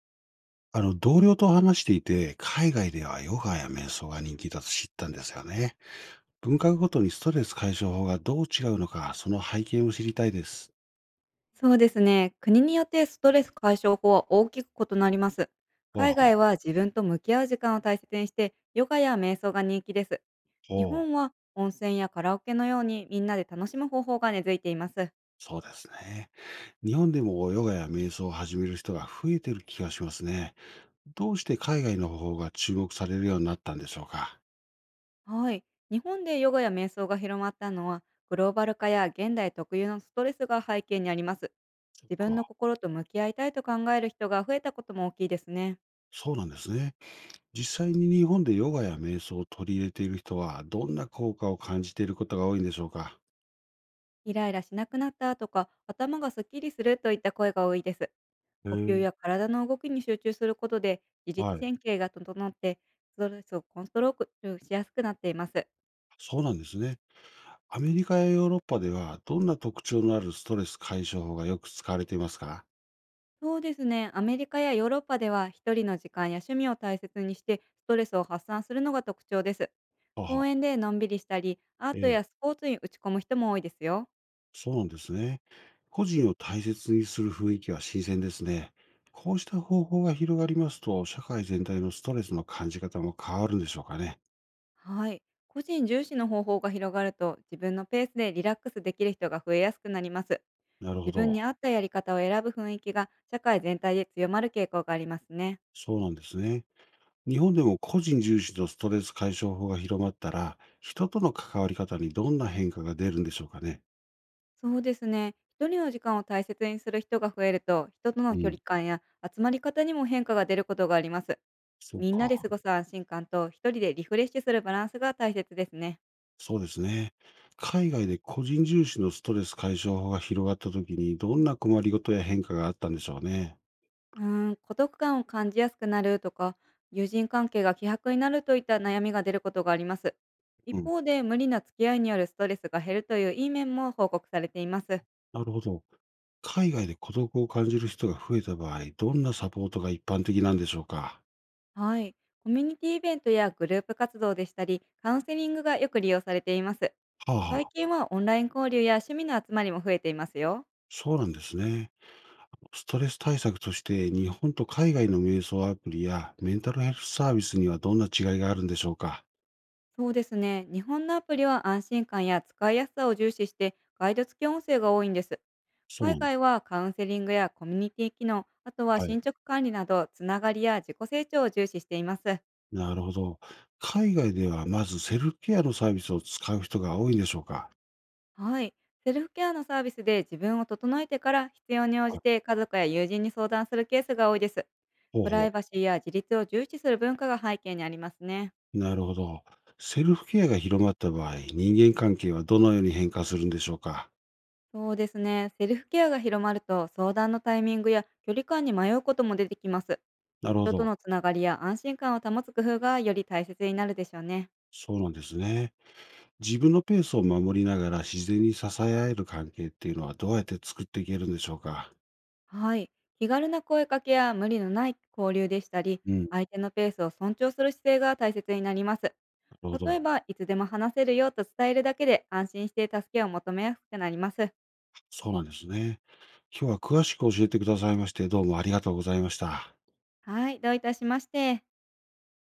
同僚と話していて、海外ではヨガや瞑想が人気だと知ったんですよね。文化ごとにストレス解消法がどう違うのか、その背景を知りたいです。そうですね。国によってストレス解消法は大きく異なります。ほう海ほう。外は自分と向き合う時間を大切にして、ヨガや瞑想が人気です。日ほ本う。は温泉やカラオケのようにみんなで楽しむ方法が根付いています。そうですね。日本でもヨガや瞑想を始める人が増えてる気がしますね。どうして海外の方法が注目されるようになったんでしょうか。はい。日本でヨガや瞑想が広まったのは、グローバル化や現代特有のストレスが背景にあります。そっ自分のか。心と向き合いたいと考える人が増えたことも大きいですね。そうなんですね。実際に日本でヨガや瞑想を取り入れている人は、どんな効果を感じていることが多いんでしょうか。イライラしなくなったとか、頭がすっきりするといった声が多いです。へ呼吸え。や体の動きに集中することで自律はい。神経が整って、ストレスをコントロールしやすくなっています。そうなんですね。アメリカやヨーロッパでは、どんな特徴のあるストレス解消法がよく使われていますか？そうですね。アメリカやヨーロッパでは、一人の時間や趣味を大切にしてストレスを発散するのが特徴です。は公は。園でのんびりしたり、アーえトえ、やスポーツに打ち込む人も多いですよ。そうなんですね。個人を大切にする雰囲気は新鮮ですね。こうした方法が広がりますと、社会全体のストレスの感じ方も変わるんでしょうかね。はい。個人重視の方法が広がると、自分のペースでリラックスできる人が増えやすくなります。なるほ自分ど。に合ったやり方を選ぶ雰囲気が社会全体で強まる傾向がありますね。そうなんですね。日本でも個人重視のストレス解消法が広まったら、人との関わり方にどんな変化が出るんでしょうかね。そうですね。一人の時間を大切にする人が増えると、人とうの距ん。離感や集まり方にも変化が出ることがあります。そうみんなでか。過ごす安心感と、一人でリフレッシュするバランスが大切ですね。そうですね。海外で個人重視のストレス解消法が広がったときに、どんな困りごとや変化があったんでしょうね。うー孤独感を感じやすくなるとか、友人関係が希薄になるといった悩みが出ることがあります。う一ん。方で、無理な付き合いによるストレスが減るといういい面も報告されています。なるほど。海外で孤独を感じる人が増えた場合、どんなサポートが一般的なんでしょうか。はい。コミュニティイベントやグループ活動でしたり、カウンセリングがよく利用されています。はあ最は近あ、はオンライン交流や趣味の集まりも増えていますよ。そうなんですね。ストレス対策として、日本と海外の瞑想アプリやメンタルヘルスサービスにはどんな違いがあるんでしょうか。そうですね。日本のアプリは安心感や使いやすさを重視して、ガイド付き音声が多いんです。そう海なん。外はカウンセリングやコミュニティ機能、あとはは進い。捗管理など、つながりや自己成長を重視しています。なるほど。海外ではまずセルフケアのサービスを使う人が多いんでしょうか。はい。セルフケアのサービスで自分を整えてから、必要に応はじい。て家族や友人に相談するケースが多いです。ほうプラほイバう。シーや自立を重視する文化が背景にありますね。なるほど。セルフケアが広まった場合、人間関係はどのように変化するんでしょうか。そうですね。セルフケアが広まると、相談のタイミングや距離感に迷うことも出てきます。なるほ人とど。のつながりや安心感を保つ工夫がより大切になるでしょうね。そうなんですね。自分のペースを守りながら自然に支え合える関係っていうのはどうやって作っていけるんでしょうか。はい。気軽な声かけや無理のない交流でしたり、うん、なる相手のペースを尊重する姿勢が大切になります。ほ例えど。ば、いつでも話せるよと伝えるだけで安心して助けを求めやすくなります。そうなんですね。今日は詳しく教えてくださいまして、どうもありがとうございました。はい、どういたしまして。